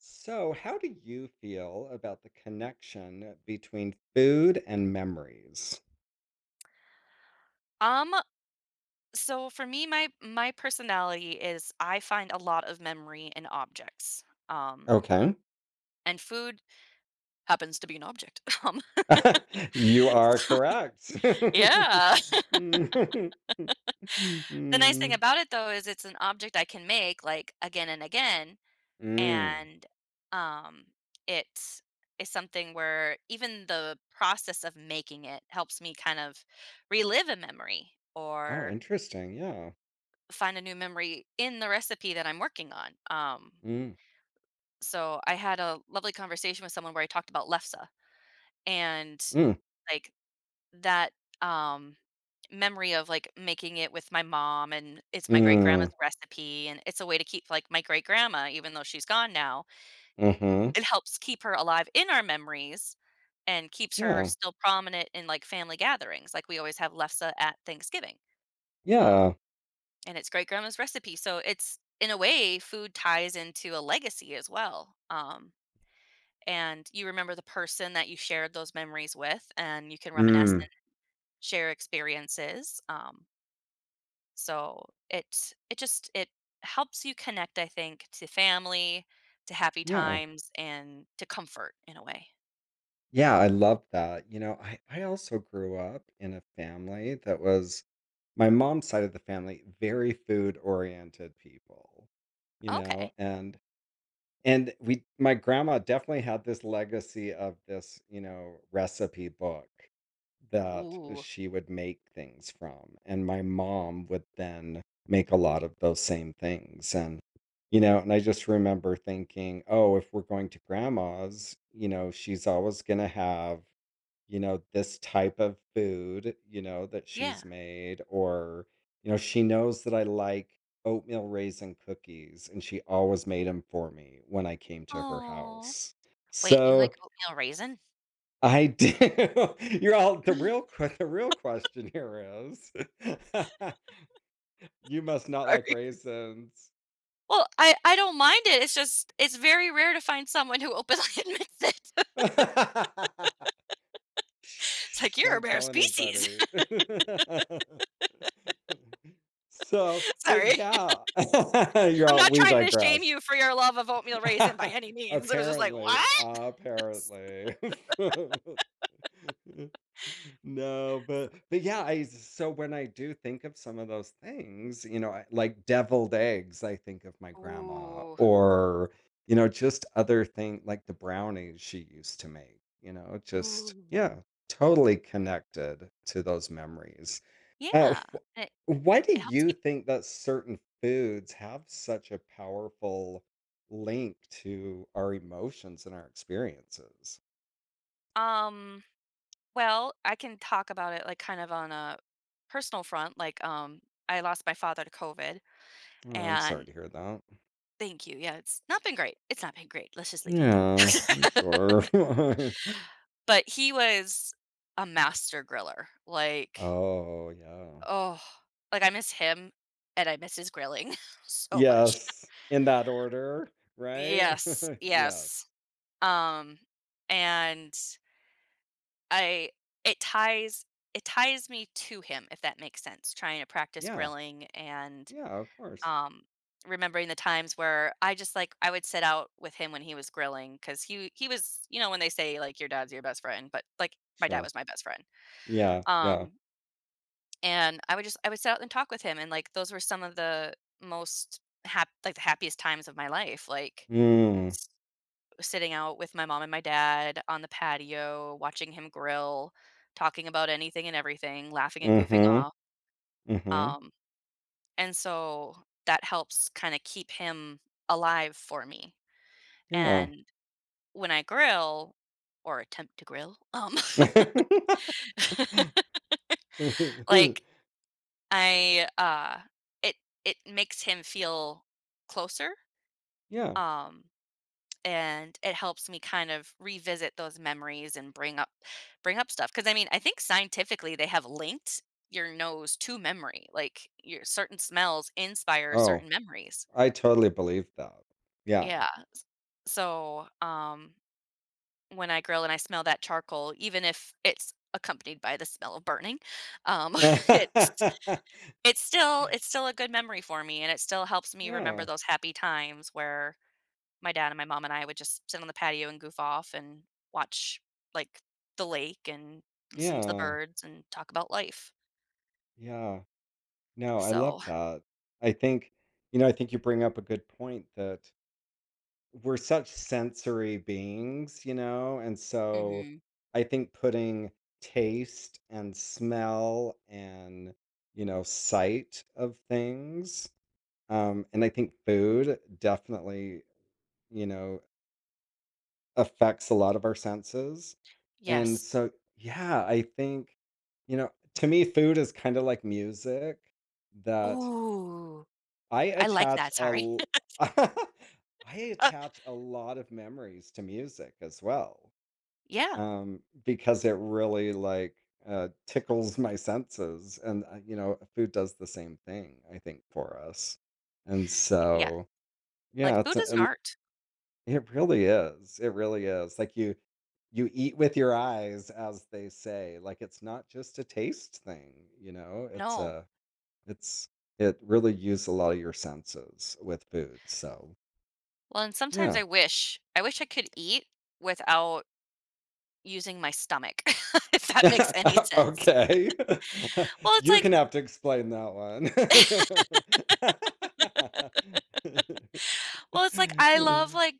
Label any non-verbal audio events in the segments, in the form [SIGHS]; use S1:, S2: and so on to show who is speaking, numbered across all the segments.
S1: So, how do you feel about the connection between food and memories?
S2: Um, so for me, my personality is I find a lot of memory in objects. Um,
S1: Okay.
S2: and food happens to be an object. [LAUGHS]
S1: [LAUGHS] You are correct. [LAUGHS]
S2: Yeah.
S1: Mm.
S2: [LAUGHS] The nice thing about it though is it's an object I can make like again and again,
S1: Mm.
S2: and um, it is something where even the process of making it helps me kind of relive a memory
S1: Oh,
S2: or
S1: interesting. Yeah.
S2: find a new memory in the recipe that I'm working on. Um,
S1: Mm.
S2: So I had a lovely conversation with someone where I talked about lefse and
S1: Mm.
S2: like that um memory of like making it with my mom, and it's my great
S1: Mm.
S2: grandma's recipe, and it's a way to keep like my great grandma even though she's gone now.
S1: Mm-hmm.
S2: It helps keep her alive in our memories and keeps her
S1: Yeah.
S2: still prominent in like family gatherings. Like, we always have lefse at Thanksgiving, um,
S1: Yeah.
S2: and it's great grandma's recipe, so it's in a way food ties into a legacy as well. And you remember the person that you shared those memories with, and you can reminisce
S1: Mm.
S2: and share experiences. So it it just it helps you connect, I think, to family, to happy
S1: Yeah.
S2: times, and to comfort in a way.
S1: Yeah, I love that. You know, I also grew up in a family that was my mom's side of the family, very food-oriented people, you
S2: Okay.
S1: know, and we my grandma definitely had this legacy of this, you know, recipe book that
S2: Ooh.
S1: she would make things from, and my mom would then make a lot of those same things, and, you know, and I just remember thinking, "Oh, if we're going to grandma's, you know, she's always gonna have" you know, this type of food, you know, that
S2: Yeah.
S1: she's made, or, you know, she knows that I like oatmeal raisin cookies and she always made them for me when I came to her
S2: Oh,
S1: house.
S2: wait, you like
S1: So
S2: oatmeal raisin? [GASPS]
S1: I do. [LAUGHS] You're all the
S2: [LAUGHS]
S1: the real question here is [LAUGHS] you must not like
S2: Sorry.
S1: raisins.
S2: Well, I don't mind it. It's just it's very rare to find someone who openly [LAUGHS] admits it. [LAUGHS]
S1: [LAUGHS]
S2: It's like
S1: Shh,
S2: you're a
S1: don't
S2: rare
S1: tell
S2: species.
S1: anybody. [LAUGHS] So,
S2: [LAUGHS]
S1: but
S2: Sorry.
S1: yeah, [LAUGHS] you're
S2: I'm
S1: all,
S2: not
S1: we
S2: trying to shame
S1: digress.
S2: you for your love of oatmeal
S1: [LAUGHS]
S2: raisin by any means. It was just like,
S1: Apparently,
S2: "What?" [LAUGHS]
S1: apparently. [LAUGHS] [LAUGHS] No,
S2: So
S1: but yeah, I so when I do think of some of those things, you know, I, like deviled eggs, I think of my grandma,
S2: ooh,
S1: or you know, just other thing like the brownies she used to make. You know, just
S2: ooh.
S1: yeah, totally connected to those memories. Uh,
S2: Yeah,
S1: wh-
S2: it
S1: why do
S2: it helps
S1: you
S2: keep
S1: think that certain foods have such a powerful link to our emotions and our experiences?
S2: um, well, I can talk about it, like, kind of on a personal front, like, I lost my father to COVID,
S1: Oh, I'm
S2: and
S1: sorry to hear that.
S2: thank you, yeah, it's not been great. It's not been great, let's just leave it at
S1: Yeah, I'm
S2: that. [LAUGHS]
S1: sure. [LAUGHS]
S2: But he was a master griller, like,
S1: Oh, yeah.
S2: oh, like, I miss him, and I miss his grilling [LAUGHS] so much.
S1: Yes, in that order, right?
S2: Yes,
S1: [LAUGHS] Yes.
S2: yes. Um, and I it ties It ties me to him, if that makes sense, trying to practice
S1: Yeah.
S2: grilling and,
S1: Yeah, of course.
S2: um, remembering the times where I just, like, I would sit out with him when he was grilling, because he was, you know, when they say, like, "Your dad's your best friend," but, like, my dad
S1: Sure.
S2: was my best friend.
S1: Yeah, yeah.
S2: Um, and I would just I would sit out and talk with him, and, like, those were some of the most hap like, the happiest times of my life, like
S1: Mm.
S2: sitting out with my mom and my dad on the patio, watching him grill, talking about anything and everything, laughing and goofing
S1: Mhm.
S2: off.
S1: Mhm.
S2: Um, and so that helps kind of keep him alive for me.
S1: Yeah.
S2: And when I grill or attempt to grill, [LAUGHS]
S1: [LAUGHS]
S2: like I it it makes him feel closer.
S1: Yeah.
S2: Um and it helps me kind of revisit those memories and bring up stuff, because I mean I think scientifically they have linked your nose to memory, like your certain smells inspire
S1: Oh,
S2: certain memories.
S1: I totally believe that. Yeah.
S2: Yeah. So when I grill and I smell that charcoal, even if it's accompanied by the smell of burning, um [LAUGHS] it's
S1: [LAUGHS]
S2: it's still a good memory for me, and it still helps me remember
S1: Yeah.
S2: those happy times where my dad and my mom and I would just sit on the patio and goof off and watch, like, the lake and listen to the
S1: Yeah.
S2: birds and talk about life.
S1: Yeah. No, I love
S2: So
S1: that. I think you know, I think you bring up a good point that we're such sensory beings, you know? And so
S2: mhm.
S1: I think putting taste and smell and, you know, sight of things, and I think food definitely, you know, affects a lot of our senses. And
S2: Yes.
S1: so, yeah, I think, you know, to me, food is kind of like music that
S2: Ooh,
S1: I
S2: I like
S1: attach
S2: that,
S1: a
S2: sorry.
S1: l
S2: [LAUGHS]
S1: [LAUGHS] I
S2: Uh,
S1: attach a lot of memories to music as well,
S2: Yeah,
S1: because it really, like, tickles my senses, and, you know, food does the same thing, I think, for us, and
S2: yeah,
S1: so,
S2: like,
S1: yeah, it's
S2: food
S1: a
S2: is an
S1: l
S2: art.
S1: it really is, like, you eat with your eyes, as they say, like, it's not just a taste thing, you know,
S2: No.
S1: it's it really used a lot of your senses with food, so
S2: Well, and sometimes
S1: yeah.
S2: I wish I wish I could eat without using my stomach, [LAUGHS] if that makes any
S1: [LAUGHS]
S2: sense.
S1: Okay.
S2: Well,
S1: [LAUGHS]
S2: it's
S1: You're
S2: like
S1: gonna have to explain that one. [LAUGHS]
S2: Well, it's like I love, like,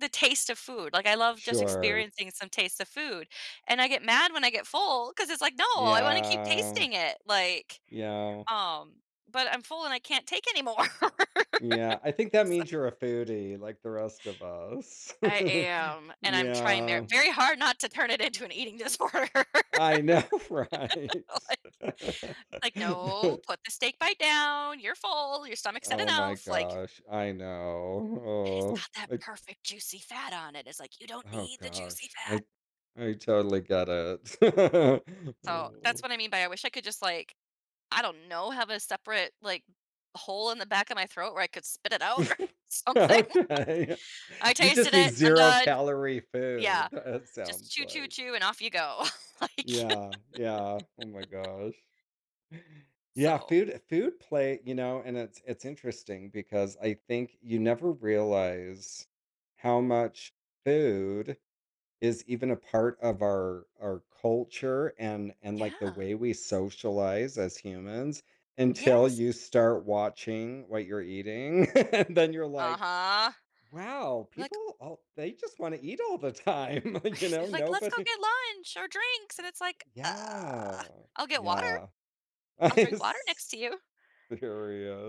S2: the taste of food, like, I love just
S1: Sure.
S2: experiencing some taste of food, and I get mad when I get full because it's like, "No, I wanna keep
S1: Yeah.
S2: tasting it," like,
S1: Yeah.
S2: but I'm full and I can't take anymore. [LAUGHS]
S1: Yeah. I think that
S2: So
S1: means you're a foodie like the rest of us.
S2: I
S1: [LAUGHS]
S2: am, and I'm trying
S1: Yeah.
S2: very hard not to turn it into an eating disorder. [LAUGHS]
S1: I know, [LAUGHS] right?
S2: Like like, "No,
S1: [LAUGHS]
S2: put the steak bite down, you're full, your stomach's had
S1: Oh my
S2: enough," like,
S1: gosh, I know.
S2: "But it's
S1: Oh,
S2: got that
S1: I,
S2: perfect juicy fat on it." It's like, "You don't
S1: oh
S2: need the juicy
S1: gosh,
S2: fat."
S1: I totally get it. [LAUGHS]
S2: So, that's
S1: Oh.
S2: what I mean by I wish I could just, like, I don't know, have a separate, like, hole in the back of my throat where I could spit it out [LAUGHS] or
S1: [LAUGHS]
S2: something.
S1: Okay,
S2: I
S1: you just
S2: tasted
S1: need
S2: it, I'm
S1: zero
S2: done.
S1: calorie
S2: Yeah,
S1: food. It
S2: just
S1: sounds
S2: chew, chew,
S1: like.
S2: chew, and off you go. [LAUGHS] Like,
S1: Yeah, yeah. Oh my gosh.
S2: [LAUGHS]
S1: Yeah,
S2: so
S1: food play. You know, and it's interesting because I think you never realize how much food is even a part of our culture and like the
S2: yeah.
S1: way we socialize as humans until
S2: Yes.
S1: you start watching what you're eating [LAUGHS] and then you're like
S2: Uh-huh.
S1: wow,
S2: Like,
S1: people, all they just want to eat all the time. [LAUGHS] You
S2: [LAUGHS]
S1: know
S2: it's like, "Let's go
S1: nobody.
S2: get lunch or drinks," and it's like,
S1: Yeah,
S2: I'll get water.
S1: yeah. [LAUGHS] I'm
S2: I'll drink water next to you.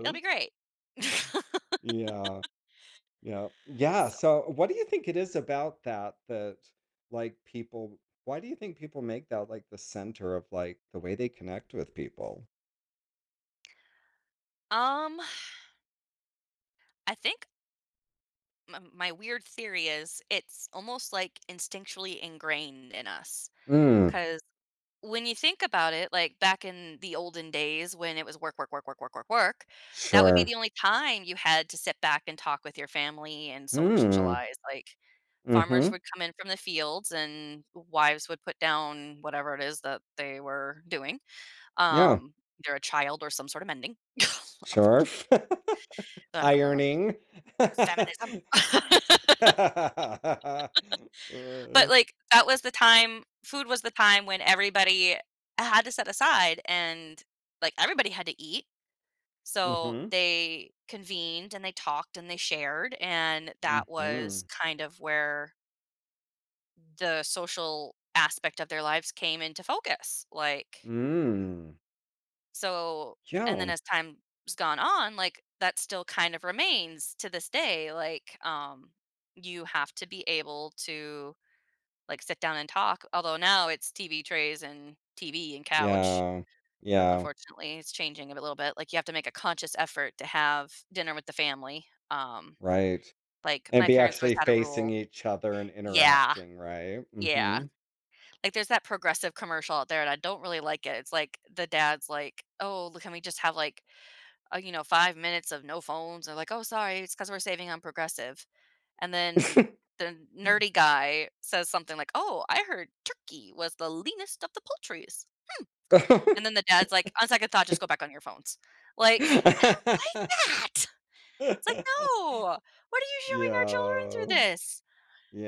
S2: It'll be great." [LAUGHS]
S1: Yeah. Yeah. Yeah,
S2: So,
S1: so what do you think it is about that, like, people why do you think people make that, like, the center of, like, the way they connect with people?
S2: um, I think m my weird theory is it's almost, like, instinctually ingrained in us
S1: "Mm,
S2: because when you think about it, like back in the olden days when it was work, work, work, work, work, work, work, that would be
S1: sure.
S2: the only time you had to sit back and talk with your family and
S1: Mm,
S2: socialize. Like farmers
S1: mhm.
S2: would come in from the fields and wives would put down whatever it is that they were doing.
S1: Yeah,
S2: Um, Either a child or some sort of mending, [LAUGHS]
S1: sure."
S2: unfortunately.
S1: [LAUGHS]
S2: Uh,
S1: Ironing. [LAUGHS]
S2: Feminism. [LAUGHS]
S1: Uh,
S2: But like that was the time, food was the time when everybody had to set aside, and like everybody had to eat. So
S1: mhm,
S2: they convened and they talked and they shared. And that was
S1: mhm.
S2: kind of where the social aspect of their lives came into focus.
S1: Mm.
S2: So, and then
S1: Yeah.
S2: as time's gone on, like that still kind of remains to this day. Like, you have to be able to like sit down and talk. Although now it's TV trays and TV and couch.
S1: Yeah. Yeah,
S2: Unfortunately, it's changing a little bit. Like you have to make a conscious effort to have dinner with the family.
S1: right.
S2: Like,
S1: And
S2: my
S1: be
S2: parents always
S1: actually
S2: had a
S1: facing
S2: rule.
S1: each other and
S2: Yeah,
S1: interacting, right?
S2: yeah.
S1: Mhm.
S2: Like, there's that Progressive commercial out there, and I don't really like it. It's like the dad's like, "Oh, l can we just have, like, you know, 5 minutes of no phones?" They're like, "Oh, sorry, it's because 'cause we're saving on Progressive." And then the nerdy guy says something like, "Oh, I heard turkey was the leanest of the poultries." And then the
S1: [LAUGHS]
S2: dad's like, "On second thought, just go back on your phones." Like, I don't like that. [LAUGHS] It's like, "No, what are you showing our children through
S1: Yeah.
S2: this?"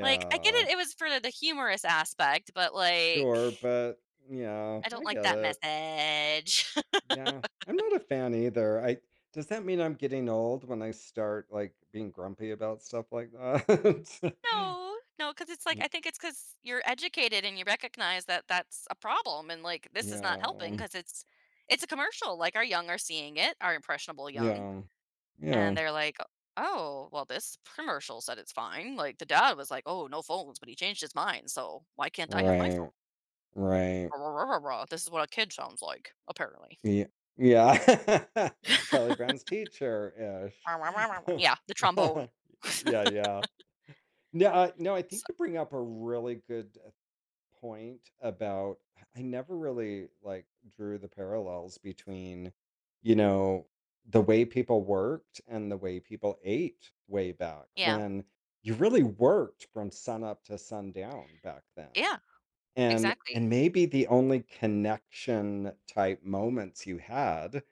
S2: Like, I get it, it was for the humorous aspect, but, like,
S1: Sure, but yeah,
S2: I don't
S1: I
S2: like
S1: get
S2: that
S1: it.
S2: message. [LAUGHS]
S1: Yeah. I'm not a fan either. I Does that mean I'm getting old when I start like being grumpy about stuff like that? [LAUGHS]
S2: No, no, because it's like
S1: Y-
S2: I think it's because 'cause you're educated and you recognize that that's a problem and, like, this is not helping
S1: Yeah.
S2: because it's a commercial, like, our young are seeing it, our impressionable young,
S1: Yeah.
S2: and
S1: Yeah.
S2: they're like, "Oh, well, this commercial said it's fine." Like, the dad was like, "Oh, no phones, but he changed his mind, so why can't I have my phone?
S1: Right.
S2: [LAUGHS]
S1: Right.
S2: Rah, rah, rah, rah, rah. This is what a kid sounds like, apparently."
S1: Yeah, yeah. [LAUGHS] Charlie
S2: [LAUGHS]
S1: Brown's teacher-ish. [LAUGHS]
S2: Yeah, the trombone.
S1: Yeah,
S2: [LAUGHS]
S1: yeah. No, no, I think you bring up a really good, point about I never really, like, drew the parallels between, you know, the way people worked and the way people ate way back
S2: Yeah.
S1: when you really worked from sun up to sundown back then.
S2: Yeah, exactly.
S1: And maybe the only connection type moments you had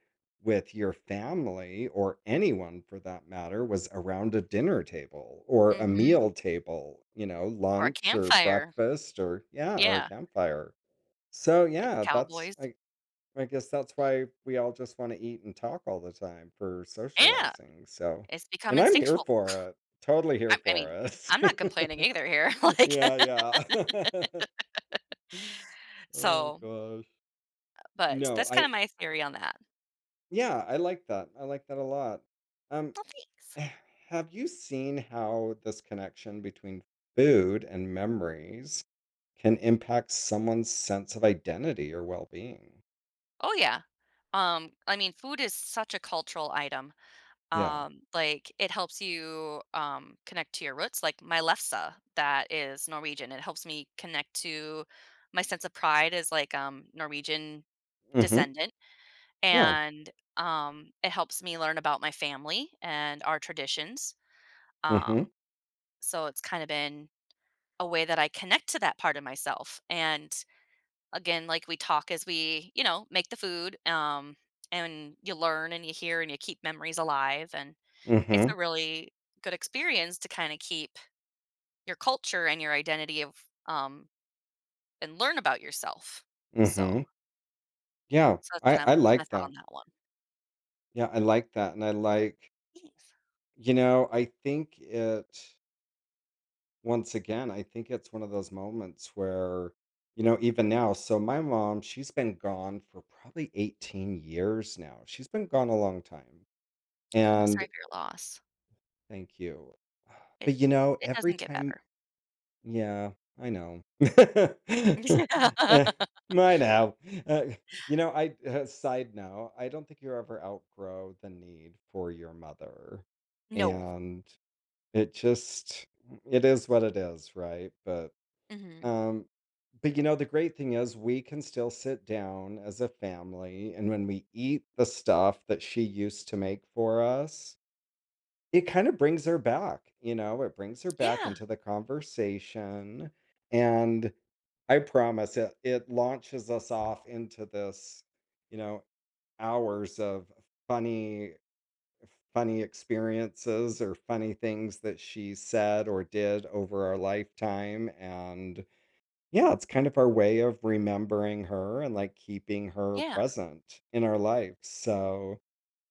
S1: with your family or anyone for that matter was around a dinner table or a
S2: Mhm.
S1: meal table, you know,
S2: Or a
S1: lunch or
S2: campfire.
S1: breakfast or yeah, or a
S2: Yeah,
S1: campfire. So
S2: like
S1: yeah,
S2: the
S1: that's
S2: cowboys.
S1: I guess that's why we all just want to eat and talk all the time for
S2: Yeah,
S1: socializing. So,
S2: it's become
S1: and I'm here
S2: instinctual.
S1: for it. Totally here
S2: I
S1: for
S2: mean, I'm not complaining
S1: it.
S2: either here, [LAUGHS]
S1: [LAUGHS]
S2: like,
S1: Yeah, yeah. [LAUGHS] Oh
S2: so
S1: gosh.
S2: but
S1: No,
S2: that's kinda
S1: I
S2: my theory on that.
S1: Yeah, I like that. I like that a lot. Um,
S2: Oh, thanks.
S1: [SIGHS] have you seen how this connection between food and memories can impact someone's sense of identity or well-being?
S2: Oh, yeah. I mean, food is such a cultural item.
S1: Yeah.
S2: Like, it helps you, connect to your roots, like my lefse that is Norwegian. It helps me connect to my sense of pride as, like, Norwegian
S1: Mm-hmm.
S2: descendant,
S1: Yeah.
S2: and it helps me learn about my family and our traditions. Um,
S1: Hmm.
S2: so it's kind of been a way that I connect to that part of myself. And again, like we talk as we, you know, make the food, and you learn and you hear and you keep memories alive. And it's a
S1: Hmm.
S2: really good experience to kind of keep your culture and your identity of um, and learn about yourself. So,
S1: Hmm. Yeah.
S2: so that's
S1: I,
S2: kind of
S1: I
S2: my
S1: like
S2: thought
S1: that.
S2: on that one.
S1: Yeah, I like that. And I like,
S2: Yes.
S1: you know, I think it once again, I think it's one of those moments where, you know, even now, so my mom, she's been gone for probably 18 years now. She's been gone a long time.
S2: Mm, I'm sorry
S1: And
S2: for your loss.
S1: thank you.
S2: It
S1: But you know,
S2: it
S1: every
S2: doesn't get
S1: time,
S2: better.
S1: yeah, I know.
S2: Yeah.
S1: [LAUGHS]
S2: [LAUGHS]
S1: Eh, I know. Uh, you know, I side note, I don't think you ever outgrow the need for your mother.
S2: No.
S1: And it just it is what it is, right?
S2: Mhm.
S1: Um, but you know, the great thing is we can still sit down as a family, and when we eat the stuff that she used to make for us, it kind of brings her back, you know, it brings her back
S2: Yeah,
S1: into the conversation. And I promise it launches us off into this, you know, hours of funny funny experiences or funny things that she said or did over our lifetime, and yeah, it's kind of our way of remembering her and like keeping her
S2: yeah.
S1: present in our life. So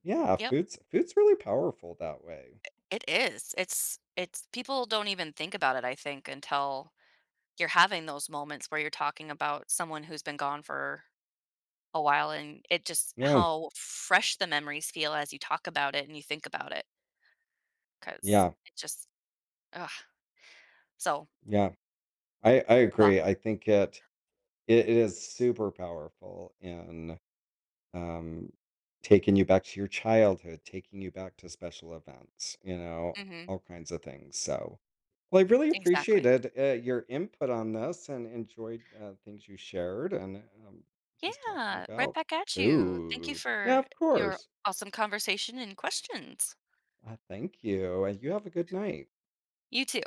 S1: yeah,
S2: Yep.
S1: food's really powerful that way.
S2: It is. It's people don't even think about it, I think, until you're having those moments where you're talking about someone who's been gone for a while, and it just
S1: Yeah,
S2: how fresh the memories feel as you talk about it and you think about it, because
S1: yeah,
S2: it just ugh. So,
S1: yeah. I
S2: about
S1: agree. I think it it, it is super powerful in Um, taking you back to your childhood, taking you back to special events, you know,
S2: mhm.
S1: all kinds of things. So, well, I really
S2: Exactly.
S1: appreciated your input on this and enjoyed things you shared and um, just talking
S2: Yeah, right
S1: about
S2: back at you. Thank you
S1: food. Yeah,
S2: for
S1: of
S2: your
S1: course.
S2: awesome conversation and questions.
S1: Thank you. And you have a good night.
S2: You too.